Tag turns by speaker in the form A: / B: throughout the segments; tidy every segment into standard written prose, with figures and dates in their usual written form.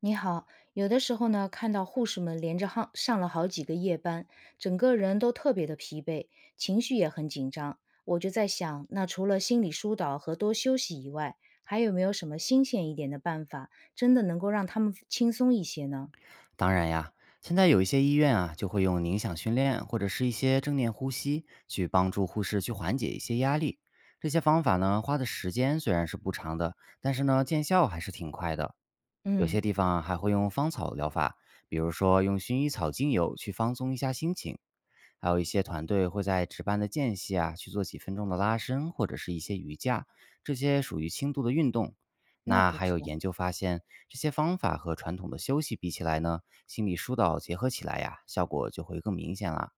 A: 你好，有的时候呢，看到护士们连着上了好几个夜班，整个人都特别的疲惫，情绪也很紧张。我就在想，那除了心理疏导和多休息以外，还有没有什么新鲜一点的办法，真的能够让他们轻松一些呢？
B: 当然呀，现在有一些医院啊，就会用冥想训练或者是一些正念呼吸，去帮助护士去缓解一些压力。这些方法呢，花的时间虽然是不长的，但是呢，见效还是挺快的。有
A: 嗯，
B: 些地方啊还会用芳草疗法，比如说用薰衣草精油去放松一下心情，还有一些团队会在值班的间隙啊，去做几分钟的拉伸或者是一些瑜伽，这些属于轻度的运动。
A: 那
B: 那
A: 不
B: 还有
A: 错。
B: 研究发现，这些方法和传统的休息比起来呢，心理疏导结合起来呀，效果就会更明显了。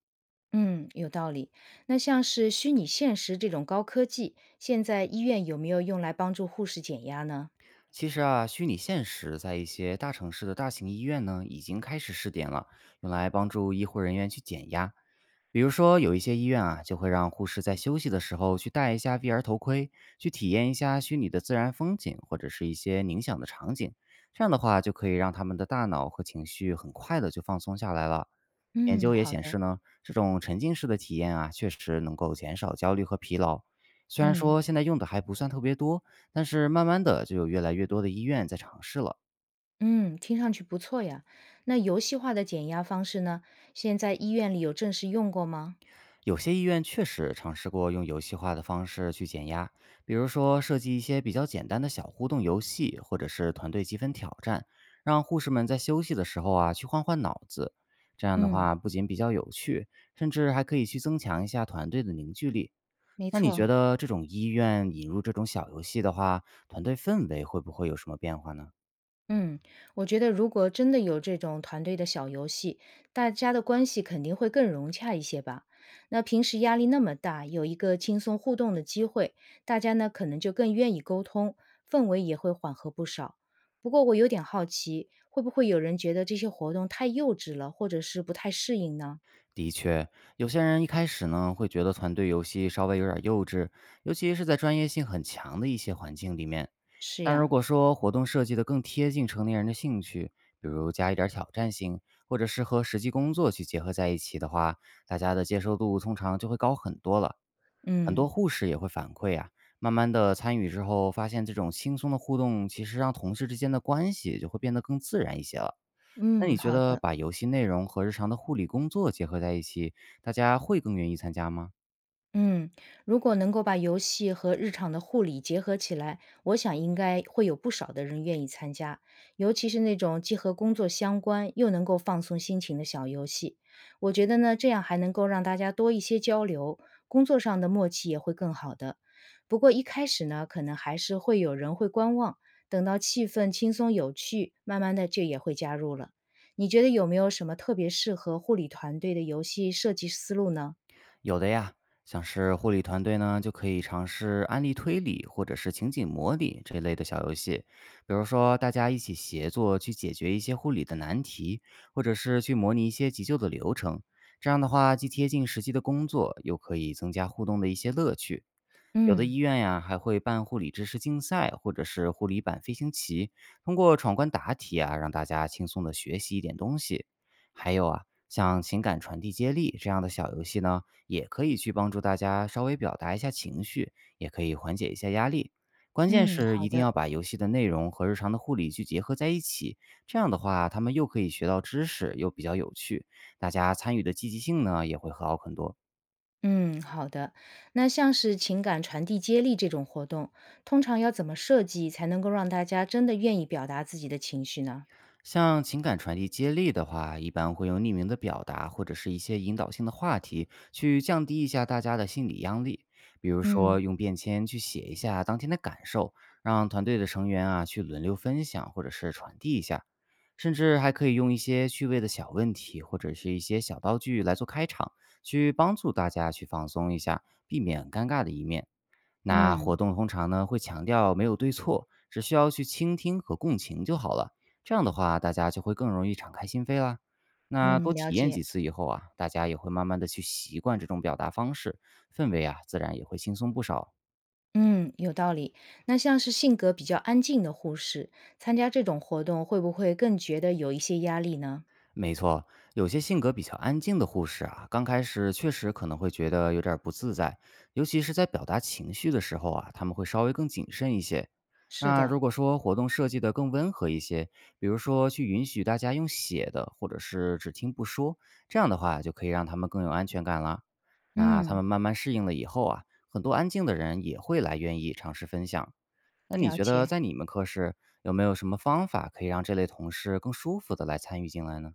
A: 嗯，有道理。那像是虚拟现实这种高科技，现在医院有没有用来帮助护士减压呢？
B: 其实啊，虚拟现实在一些大城市的大型医院呢，已经开始试点了，用来帮助医护人员去减压。比如说，有一些医院啊，就会让护士在休息的时候去戴一下 VR 头盔，去体验一下虚拟的自然风景或者是一些冥想的场景。这样的话，就可以让他们的大脑和情绪很快的就放松下来了。研
A: 嗯，
B: 究也
A: 好
B: 显
A: 的。
B: 示呢，这种沉浸式的体验啊，确实能够减少焦虑和疲劳。虽然
A: 嗯。
B: 说现在用的还不算特别多，但是慢慢的就有越来越多的医院在尝试了。
A: 嗯，听上去不错呀。那游戏化的减压方式呢？现在医院里有正式用过吗？
B: 有些医院确实尝试过用游戏化的方式去减压，比如说设计一些比较简单的小互动游戏，或者是团队积分挑战，让护士们在休息的时候啊去换换脑子。这样的
A: 嗯，
B: 话，不仅比较有趣，甚至还可以去增强一下团队的凝聚力。
A: 没
B: 那你
A: 错。
B: 觉得这种医院引入这种小游戏的话，团队氛围会不会有什么变化呢？
A: 嗯，我觉得如果真的有这种团队的小游戏，大家的关系肯定会更融洽一些吧。那平时压力那么大，有一个轻松互动的机会，大家呢可能就更愿意沟通，氛围也会缓和不少。不过我有点好奇，会不会有人觉得这些活动太幼稚了，或者是不太适应呢？
B: 的确，有些人一开始呢会觉得团队游戏稍微有点幼稚，尤其是在专业性很强的一些环境里面。
A: 是
B: 但如
A: 呀，
B: 果说活动设计的更贴近成年人的兴趣，比如加一点儿挑战性，或者是和实际工作去结合在一起的话，大家的接受度通常就会高很多了。很
A: 嗯。
B: 多护士也会反馈啊，慢慢的参与之后，发现这种轻松的互动，其实让同事之间的关系就会变得更自然一些了。那
A: 嗯，
B: 你觉
A: 好
B: 得
A: 的。
B: 把游戏内容和日常的护理工作结合在一起，大家会更愿意参加吗？
A: 嗯，如果能够把游戏和日常的护理结合起来，我想应该会有不少的人愿意参加，尤其是那种既和工作相关又能够放松心情的小游戏。我觉得呢，这样还能够让大家多一些交流，工作上的默契也会更好的。不过一开始呢，可能还是会有人会观望，等到气氛轻松有趣，慢慢的就也会加入了。你觉得有没有什么特别适合护理团队的游戏设计思路呢？
B: 有的呀，像是护理团队呢，就可以尝试案例推理或者是情景模拟这类的小游戏，比如说大家一起协作去解决一些护理的难题，或者是去模拟一些急救的流程。这样的话，既贴近实际的工作，又可以增加互动的一些乐趣。有的
A: 嗯
B: 医院呀，还会办护理知识竞赛，或者是护理版飞行棋，通过闯关答题啊，让大家轻松的学习一点东西。还有啊，像情感传递接力这样的小游戏呢，也可以去帮助大家稍微表达一下情绪，也可以缓解一下压力。关键
A: 嗯，
B: 是
A: 好
B: 一定
A: 的，
B: 要把游戏的内容和日常的护理去结合在一起，这样的话，他们又可以学到知识，又比较有趣，大家参与的积极性呢也会好很多。
A: 嗯好的。那像是情感传递接力这种活动，通常要怎么设计才能够让大家真的愿意表达自己的情绪呢？
B: 像情感传递接力的话，一般会用匿名的表达或者是一些引导性的话题，去降低一下大家的心理压力。比如
A: 嗯
B: 说，用便签去写一下当天的感受，让团队的成员啊去轮流分享或者是传递一下，甚至还可以用一些趣味的小问题或者是一些小道具来做开场，去帮助大家去放松一下，避免尴尬的一面。那
A: 嗯
B: 活动通常呢会强调没有对错，只需要去倾听和共情就好了。这样的话，大家就会更容易敞开心扉啦。那
A: 嗯，
B: 多
A: 了
B: 体验
A: 解。
B: 几次以后啊，大家也会慢慢的去习惯这种表达方式，氛围啊自然也会轻松不少。
A: 嗯，有道理。那像是性格比较安静的护士，参加这种活动会不会更觉得有一些压力呢？
B: 没错，有些性格比较安静的护士啊，刚开始确实可能会觉得有点儿不自在，尤其是在表达情绪的时候啊，他们会稍微更谨慎一些。
A: 是
B: 那
A: 的，
B: 如果说活动设计的更温和一些，比如说去允许大家用写的，或者是只听不说，这样的话就可以让他们更有安全感啦。那他
A: 嗯，
B: 们慢慢适应了以后啊，很多安静的人也会来愿意尝试分享。那你
A: 了
B: 觉得
A: 解。
B: 在你们科室有没有什么方法可以让这类同事更舒服的来参与进来呢？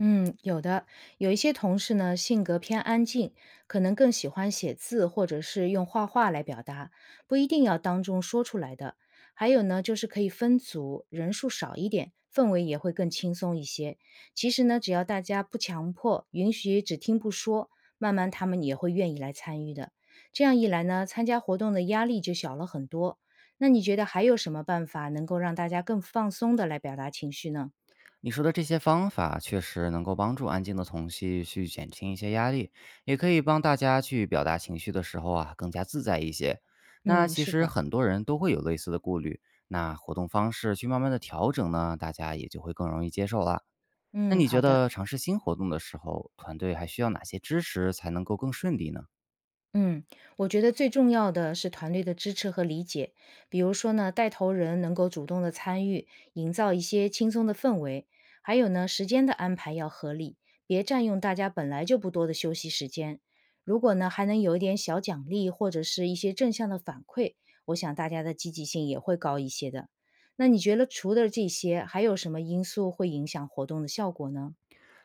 A: 嗯，有的，有一些同事呢，性格偏安静，可能更喜欢写字或者是用画画来表达，不一定要当众说出来的。还有呢，就是可以分组，人数少一点，氛围也会更轻松一些。其实呢，只要大家不强迫，允许只听不说，慢慢他们也会愿意来参与的。这样一来呢，参加活动的压力就小了很多。那你觉得还有什么办法能够让大家更放松的来表达情绪呢？
B: 你说的这些方法确实能够帮助安静的同戏去减轻一些压力，也可以帮大家去表达情绪的时候啊更加自在一些。那
A: 嗯，
B: 其
A: 是
B: 实
A: 的，
B: 很多人都会有类似的顾虑，那活动方式去慢慢的调整呢，大家也就会更容易接受了。那
A: 嗯，
B: 你
A: 好
B: 觉
A: 的。
B: 得尝试新活动的时候，团队还需要哪些支持才能够更顺利呢？
A: 嗯，我觉得最重要的是团队的支持和理解。比如说呢，带头人能够主动的参与，营造一些轻松的氛围。还有呢，时间的安排要合理，别占用大家本来就不多的休息时间。如果呢，还能有一点小奖励或者是一些正向的反馈，我想大家的积极性也会高一些的。那你觉得除了这些，还有什么因素会影响活动的效果呢？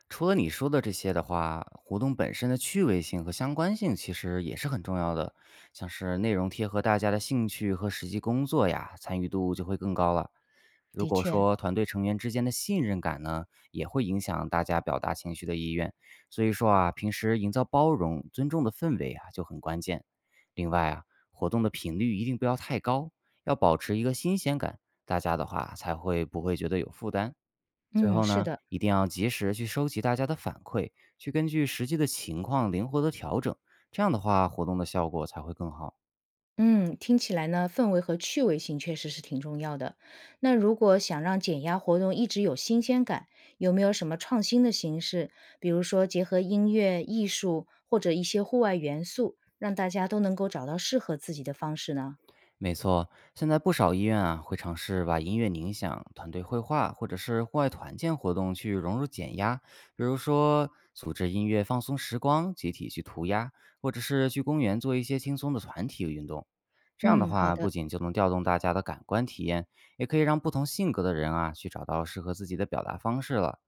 B: 除了你说的这些的话，活动本身的趣味性和相关性其实也是很重要的，像是内容贴合大家的兴趣和实际工作呀，参与度就会更高了。如
A: 的
B: 果
A: 确，
B: 说团队成员之间的信任感呢，也会影响大家表达情绪的意愿。所以说啊，平时营造包容、尊重的氛围啊，就很关键。另外啊，活动的频率一定不要太高，要保持一个新鲜感，大家的话才会不会觉得有负担。最
A: 嗯，
B: 后
A: 是
B: 呢，
A: 的。
B: 一定要及时去收集大家的反馈，去根据实际的情况灵活的调整，这样的话，活动的效果才会更好。
A: 嗯，听起来呢，氛围和趣味性确实是挺重要的。那如果想让减压活动一直有新鲜感，有没有什么创新的形式？比如说结合音乐、艺术或者一些户外元素，让大家都能够找到适合自己的方式呢？
B: 没错，现在不少医院啊会尝试把音乐冥想、团队绘画或者是户外团建活动去融入减压，比如说组织音乐放松时光，集体去涂鸦，或者是去公园做一些轻松的团体运动。这样的
A: 嗯，好
B: 话，不
A: 的，
B: 仅就能调动大家的感官体验，也可以让不同性格的人啊去找到适合自己的表达方式了。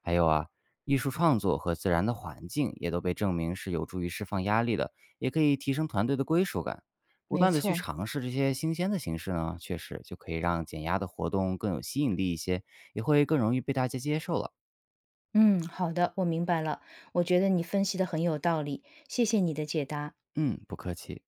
B: 还有啊，艺术创作和自然的环境也都被证明是有助于释放压力的，也可以提升团队的归属感。不
A: 没
B: 断的去
A: 错。
B: 尝试这些新鲜的形式呢，确实就可以让减压的活动更有吸引力一些，也会更容易被大家接受了。
A: 嗯，好的，我明白了。我觉得你分析的很有道理，谢谢你的解答。
B: 嗯，不客气。